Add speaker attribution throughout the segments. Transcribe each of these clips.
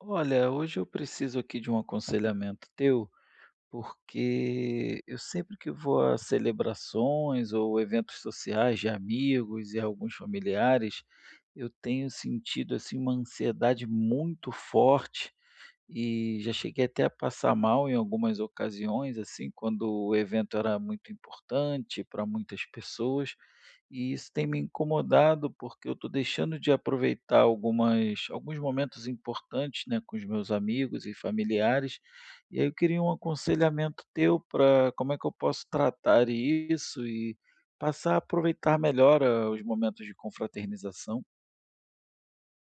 Speaker 1: Olha, hoje eu preciso aqui de um aconselhamento teu, porque eu sempre que vou a celebrações ou eventos sociais de amigos e alguns familiares, eu tenho sentido, assim, uma ansiedade muito forte e já cheguei até a passar mal em algumas ocasiões, assim, quando o evento era muito importante para muitas pessoas. E isso tem me incomodado, porque eu estou deixando de aproveitar algumas alguns momentos importantes, né, com os meus amigos e familiares, e aí eu queria um aconselhamento teu para como é que eu posso tratar isso e passar a aproveitar melhor, os momentos de confraternização.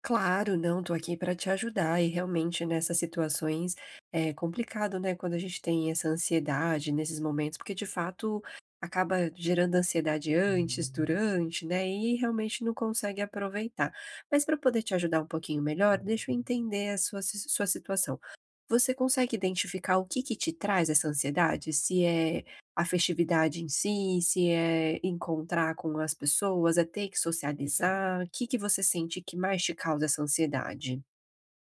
Speaker 2: Claro, não, tô aqui para te ajudar e realmente nessas situações é complicado, né, quando a gente tem essa ansiedade nesses momentos, porque de fato acaba gerando ansiedade antes, durante, né, e realmente não consegue aproveitar. Mas para poder te ajudar um pouquinho melhor, deixa eu entender a sua situação. Você consegue identificar o que que te traz essa ansiedade? Se é a festividade em si, se é encontrar com as pessoas, é ter que socializar, o que que você sente que mais te causa essa ansiedade?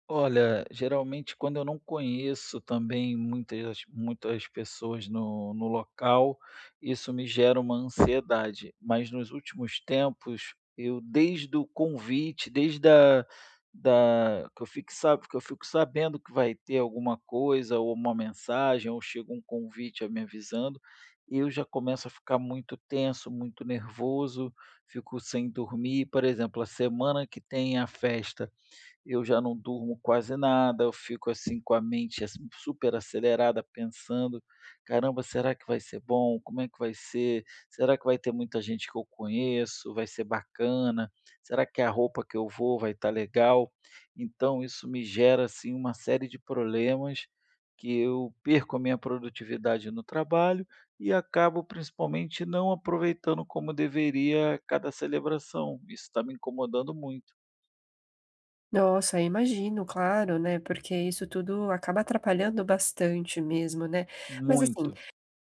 Speaker 1: Olha, geralmente quando eu não conheço também muitas pessoas no local, isso me gera uma ansiedade, mas nos últimos tempos, eu desde o convite, desde a da que eu fico sabe que eu fico sabendo que vai ter alguma coisa, ou uma mensagem, ou chega um convite a me avisando, eu já começo a ficar muito tenso, muito nervoso, fico sem dormir. Por exemplo, a semana que tem a festa eu já não durmo quase nada, eu fico, assim, com a mente, assim, super acelerada, pensando: "Caramba, será que vai ser bom? Como é que vai ser? Será que vai ter muita gente que eu conheço? Vai ser bacana? Será que a roupa que eu vou vai estar legal?". Então isso me gera, assim, uma série de problemas, que eu perco a minha produtividade no trabalho e acabo, principalmente, não aproveitando como deveria cada celebração. Isso está me incomodando muito,
Speaker 2: Nossa, imagino, claro, né, porque isso tudo acaba atrapalhando bastante mesmo, né. Mas assim,
Speaker 1: muito.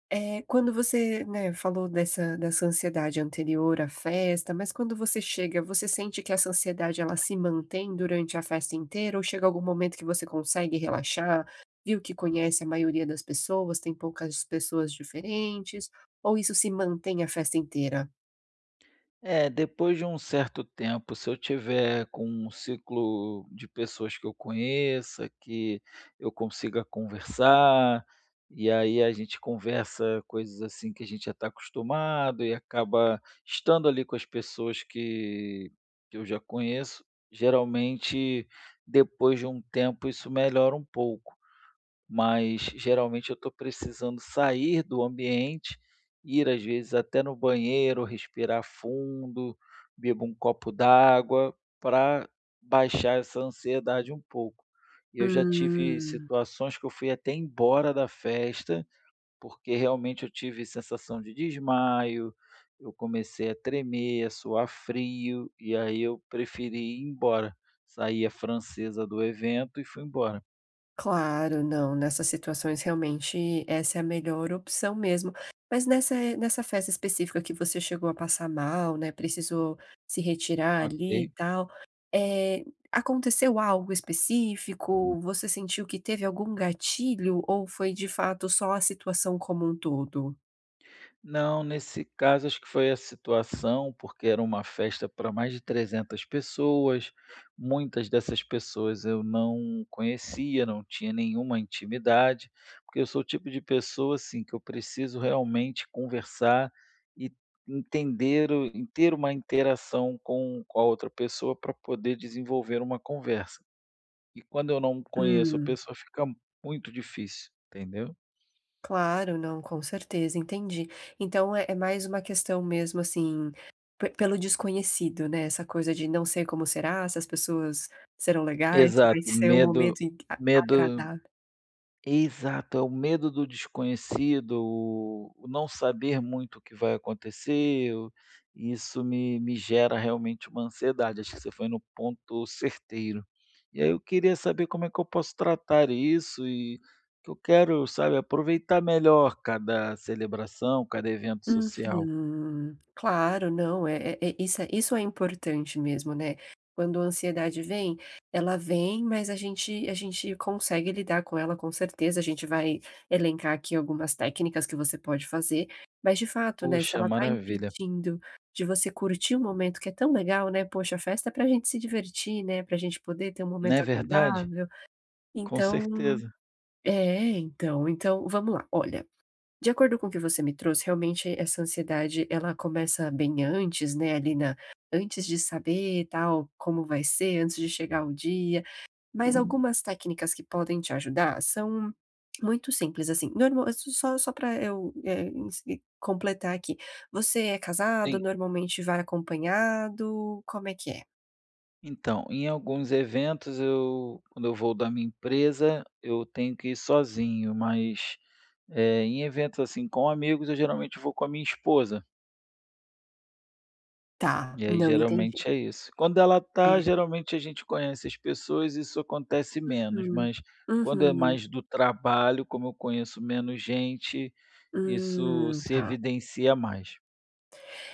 Speaker 2: Quando você, né, falou dessa ansiedade anterior à festa, mas quando você chega, você sente que essa ansiedade ela se mantém durante a festa inteira ou chega algum momento que você consegue relaxar, viu que conhece a maioria das pessoas, tem poucas pessoas diferentes, ou isso se mantém a festa inteira?
Speaker 1: É, depois de um certo tempo, se eu tiver com um ciclo de pessoas que eu conheça, que eu consiga conversar, e aí a gente conversa coisas assim que a gente já está acostumado, e acaba estando ali com as pessoas que eu já conheço, geralmente depois de um tempo isso melhora um pouco, mas geralmente eu estou precisando sair do ambiente, ir às vezes até no banheiro, respirar fundo, bebo um copo d'água para baixar essa ansiedade um pouco. E eu já tive
Speaker 2: Hum.
Speaker 1: situações que eu fui até embora da festa, porque realmente eu tive sensação de desmaio, eu comecei a tremer, a suar frio, e aí eu preferi ir embora. Saí a francesa do evento e fui embora.
Speaker 2: Claro, não, nessas situações realmente essa é a melhor opção mesmo. Mas nessa festa específica que você chegou a passar mal, né, precisou se retirar ali e
Speaker 1: Ok.
Speaker 2: tal, é, aconteceu algo específico? Você sentiu que teve algum gatilho ou foi de fato só a situação como um todo?
Speaker 1: Não, nesse caso acho que foi a situação, porque era uma festa para mais de 300 pessoas, muitas dessas pessoas eu não conhecia, não tinha nenhuma intimidade, porque eu sou o tipo de pessoa, assim, que eu preciso realmente conversar e entender o e ter uma interação com a outra pessoa para poder desenvolver uma conversa. E quando eu não conheço a
Speaker 2: Hum.
Speaker 1: pessoa fica muito difícil, entendeu?
Speaker 2: Claro, não, com certeza, entendi. Então é mais uma questão mesmo, assim, pe pelo desconhecido, né, essa coisa de não sei como será, se as pessoas serão legais, se vai
Speaker 1: Exato,
Speaker 2: ser um
Speaker 1: medo
Speaker 2: momento in a
Speaker 1: medo
Speaker 2: agradável.
Speaker 1: Exato, é o medo do desconhecido, o não saber muito o que vai acontecer, o isso me gera realmente uma ansiedade, acho que você foi no ponto certeiro. E aí eu queria saber como é que eu posso tratar isso, e que eu quero, sabe, aproveitar melhor cada celebração, cada evento social.
Speaker 2: Uhum. Claro, não, isso é importante mesmo, né. Quando a ansiedade vem, ela vem, mas a gente consegue lidar com ela, com certeza, a gente vai elencar aqui algumas técnicas que você pode fazer, mas de fato, né, se
Speaker 1: Poxa,
Speaker 2: ela tá
Speaker 1: maravilha.
Speaker 2: impedindo de você curtir um momento que é tão legal, né, poxa, a festa é pra gente se divertir, né, pra gente poder ter um
Speaker 1: Não
Speaker 2: momento
Speaker 1: é verdade?
Speaker 2: agradável,
Speaker 1: Com
Speaker 2: então
Speaker 1: certeza.
Speaker 2: então vamos lá, olha, de acordo com o que você me trouxe, realmente essa ansiedade, ela começa bem antes, né, ali na antes de saber, tal, como vai ser, antes de chegar o dia, mas Uhum. algumas técnicas que podem te ajudar são muito simples, assim, normal, só para eu, eh, ens completar aqui, você é casado,
Speaker 1: Sim.
Speaker 2: normalmente vai acompanhado, como é que é?
Speaker 1: Então, em alguns eventos, eu quando eu vou da minha empresa, eu tenho que ir sozinho, mas, em eventos, assim, com amigos, eu geralmente vou com a minha esposa,
Speaker 2: Tá,
Speaker 1: e aí
Speaker 2: não entendi.
Speaker 1: geralmente é isso. Quando ela tá,
Speaker 2: É.
Speaker 1: geralmente a gente conhece as pessoas, isso acontece menos,
Speaker 2: Uhum.
Speaker 1: mas quando é
Speaker 2: Uhum.
Speaker 1: mais do trabalho, como eu conheço menos gente, isso se
Speaker 2: Tá.
Speaker 1: evidencia mais.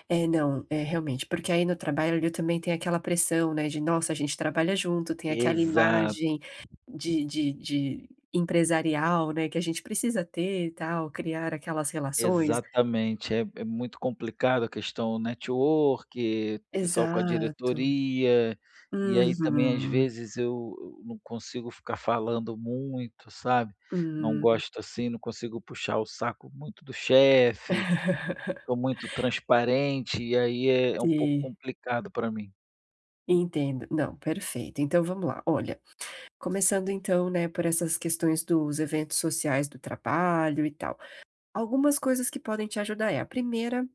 Speaker 2: É, não, é realmente, porque aí no trabalho ali também tem aquela pressão, né, de nossa, a gente trabalha junto, tem aquela
Speaker 1: Exato.
Speaker 2: imagem de empresarial, né, que a gente precisa ter e tal, criar aquelas relações.
Speaker 1: Exatamente, é muito complicado a questão network, pessoal com a
Speaker 2: Exato.
Speaker 1: diretoria, e aí também às
Speaker 2: Uhum.
Speaker 1: vezes eu não consigo ficar falando muito, sabe. Não
Speaker 2: Hum,
Speaker 1: gosto assim, não consigo puxar o saco muito do chefe, sou muito transparente, e aí é um pouco
Speaker 2: e
Speaker 1: complicado para mim.
Speaker 2: entendo. Não, perfeito. Então vamos lá, olha, começando então, né, por essas questões dos eventos sociais do trabalho e tal, algumas coisas que podem te ajudar é, a primeira.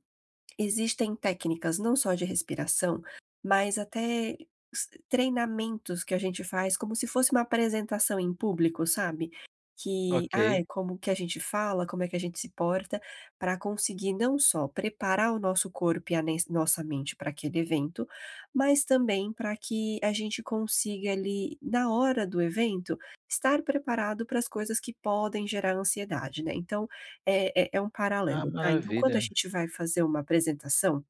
Speaker 2: Existem técnicas não só de respiração, mas até s treinamentos que a gente faz como se fosse uma apresentação em público, sabe? Que,
Speaker 1: Ok.
Speaker 2: ai, como que a gente fala, como é que a gente se porta, para conseguir não só preparar o nosso corpo e a nes nossa mente para aquele evento, mas também para que a gente consiga ali, na hora do evento, estar preparado para as coisas que podem gerar ansiedade, né. Então é um
Speaker 1: Ah,
Speaker 2: paralelo, tá. Então, quando a
Speaker 1: maravilha.
Speaker 2: gente vai fazer uma apresentação,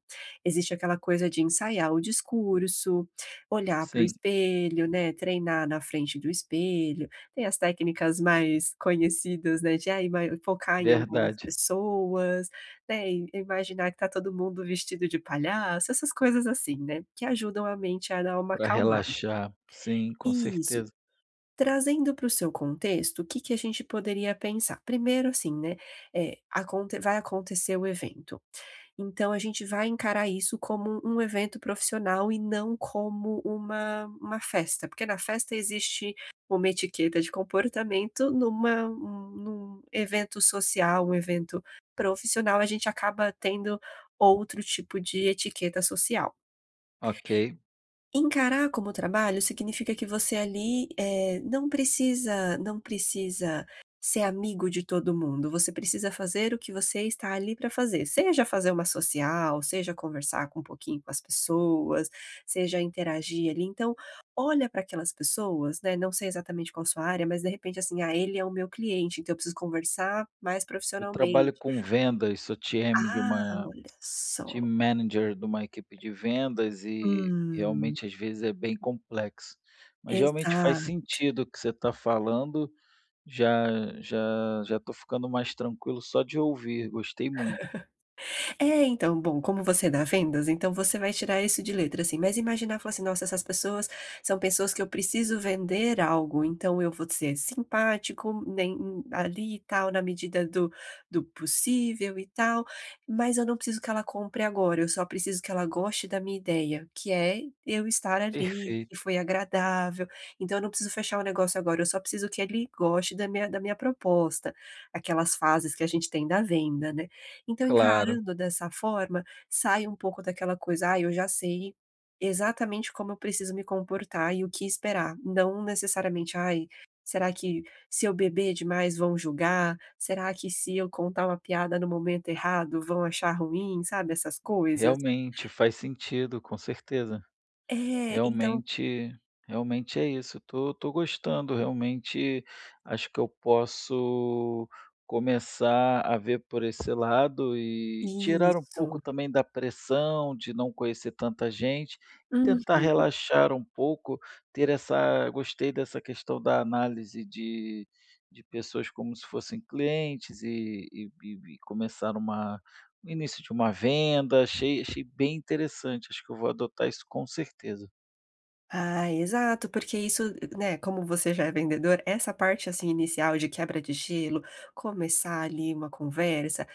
Speaker 2: existe aquela coisa de ensaiar o discurso, olhar para o
Speaker 1: Sim,
Speaker 2: espelho, né, treinar na frente do espelho, tem as técnicas mais conhecidas, né, de, ai, ma focar em algumas
Speaker 1: verdade.
Speaker 2: pessoas, né, e imaginar que tá todo mundo vestido de palhaço, essas coisas assim, né, que ajudam a mente a dar uma
Speaker 1: Para
Speaker 2: acalmada.
Speaker 1: relaxar. Sim, com
Speaker 2: Isso.
Speaker 1: certeza.
Speaker 2: Trazendo para o seu contexto, o que que a gente poderia pensar? Primeiro assim, né, eh, aconte vai acontecer o evento, então a gente vai encarar isso como um evento profissional e não como uma festa, porque na festa existe uma etiqueta de comportamento, num evento social, um evento profissional, a gente acaba tendo outro tipo de etiqueta social.
Speaker 1: Ok.
Speaker 2: Encarar como trabalho significa que você ali, não precisa ser amigo de todo mundo, você precisa fazer o que você está ali para fazer, seja fazer uma social, seja conversar com um pouquinho com as pessoas, seja interagir ali, então, olha para aquelas pessoas, né, não sei exatamente qual sua área, mas de repente assim: "Ah, ele é o meu cliente, então eu preciso conversar mais
Speaker 1: Eu trabalho
Speaker 2: profissionalmente".
Speaker 1: com vendas, sou TM de
Speaker 2: Ah,
Speaker 1: uma
Speaker 2: olha
Speaker 1: Team
Speaker 2: só.
Speaker 1: manager de uma equipe de vendas, e
Speaker 2: Hum,
Speaker 1: realmente às vezes é bem complexo. Mas realmente faz
Speaker 2: exato.
Speaker 1: sentido o que você está falando, já estou ficando mais tranquilo só de ouvir, gostei muito.
Speaker 2: É, então, bom, como você dá vendas, então você vai tirar isso de letra, assim, mas imaginar, falar assim: "Nossa, essas pessoas são pessoas que eu preciso vender algo, então eu vou ser simpático, nem ali e tal, na medida do possível e tal, mas eu não preciso que ela compre agora, eu só preciso que ela goste da minha ideia, que é eu estar ali, que
Speaker 1: Perfeito,
Speaker 2: foi agradável, então eu não preciso fechar o negócio agora, eu só preciso que ele goste da minha proposta", aquelas fases que a gente tem da venda, né. Então,
Speaker 1: claro,
Speaker 2: encarando dessa forma, sai um pouco daquela coisa: "Ah, eu já sei exatamente como eu preciso me comportar e o que esperar". Não necessariamente: "Ai, será que se eu beber demais vão julgar? Será que se eu contar uma piada no momento errado vão achar ruim?", sabe, essas coisas.
Speaker 1: realmente faz sentido, com certeza.
Speaker 2: É, então
Speaker 1: Realmente, realmente é isso, tô gostando, realmente acho que eu posso começar a ver por esse lado e tirar um
Speaker 2: isso.
Speaker 1: pouco também da pressão de não conhecer tanta gente, e tentar
Speaker 2: Uhum.
Speaker 1: relaxar um pouco, ter essa, gostei dessa questão da análise de pessoas como se fossem clientes, e começar uma o início de uma venda, achei bem interessante, acho que eu vou adotar isso com certeza.
Speaker 2: Ah, exato, porque isso, né, como você já é vendedor, essa parte assim inicial de quebra de gelo, começar ali uma conversa,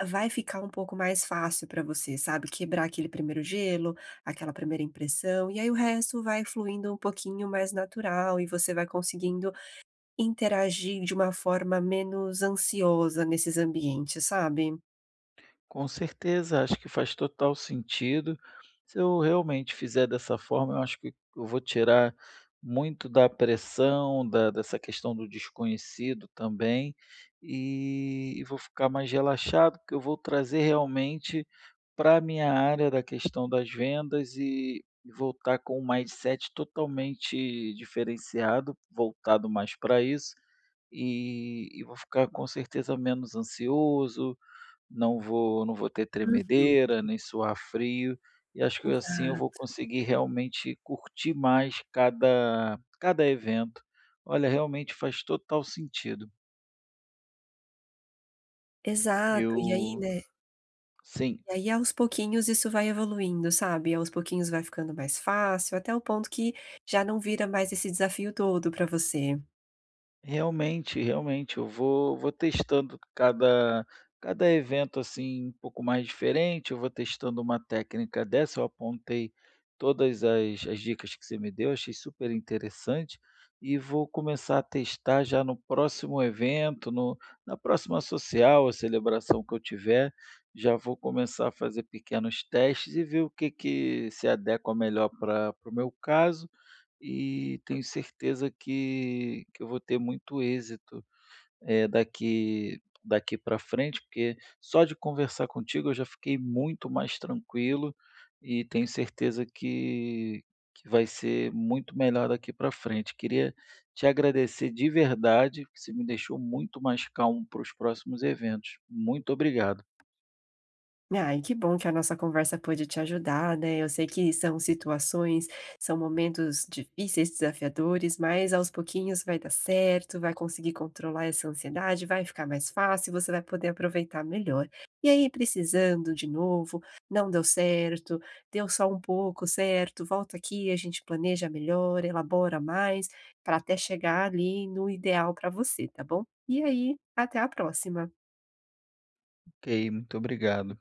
Speaker 2: vai ficar um pouco mais fácil para você, sabe? Quebrar aquele primeiro gelo, aquela primeira impressão, e aí o resto vai fluindo um pouquinho mais natural e você vai conseguindo interagir de uma forma menos ansiosa nesses ambientes, sabe?
Speaker 1: Com certeza, acho que faz total sentido. Se eu realmente fizer dessa forma, eu acho que eu vou tirar muito da pressão, da dessa questão do desconhecido também, e vou ficar mais relaxado, porque eu vou trazer realmente para a minha área da questão das vendas, e voltar com um mindset totalmente diferenciado, voltado mais para isso, e vou ficar com certeza menos ansioso, não vou ter
Speaker 2: Uhum.
Speaker 1: tremedeira, nem suar frio, e acho que assim eu vou
Speaker 2: Exato.
Speaker 1: conseguir realmente curtir mais cada evento. Olha, realmente faz total sentido.
Speaker 2: Exato. E aí,
Speaker 1: Eu,
Speaker 2: né?
Speaker 1: sim.
Speaker 2: E aí aos pouquinhos isso vai evoluindo, sabe, aos pouquinhos vai ficando mais fácil, até o ponto que já não vira mais esse desafio todo para você.
Speaker 1: Realmente, realmente, eu vou testando cada evento, assim, um pouco mais diferente, eu vou testando uma técnica dessa, eu apontei todas as dicas que você me deu, achei super interessante, e vou começar a testar já no próximo evento, no na próxima social, a celebração que eu tiver, já vou começar a fazer pequenos testes e ver o que que se adequa melhor para o meu caso, e tenho certeza que eu vou ter muito êxito, daqui para frente, porque só de conversar contigo eu já fiquei muito mais tranquilo e tenho certeza que vai ser muito melhor daqui para frente. Queria te agradecer de verdade, que você me deixou muito mais calmo para os próximos eventos. Muito obrigado.
Speaker 2: Ai, que bom que a nossa conversa pôde te ajudar, né. Eu sei que são situações, são momentos difíceis, desafiadores, mas aos pouquinhos vai dar certo, vai conseguir controlar essa ansiedade, vai ficar mais fácil, você vai poder aproveitar melhor. E aí, precisando de novo, não deu certo, deu só um pouco certo, volta aqui, a gente planeja melhor, elabora mais, para até chegar ali no ideal para você, tá bom? E aí, até a próxima.
Speaker 1: Ok, muito obrigado.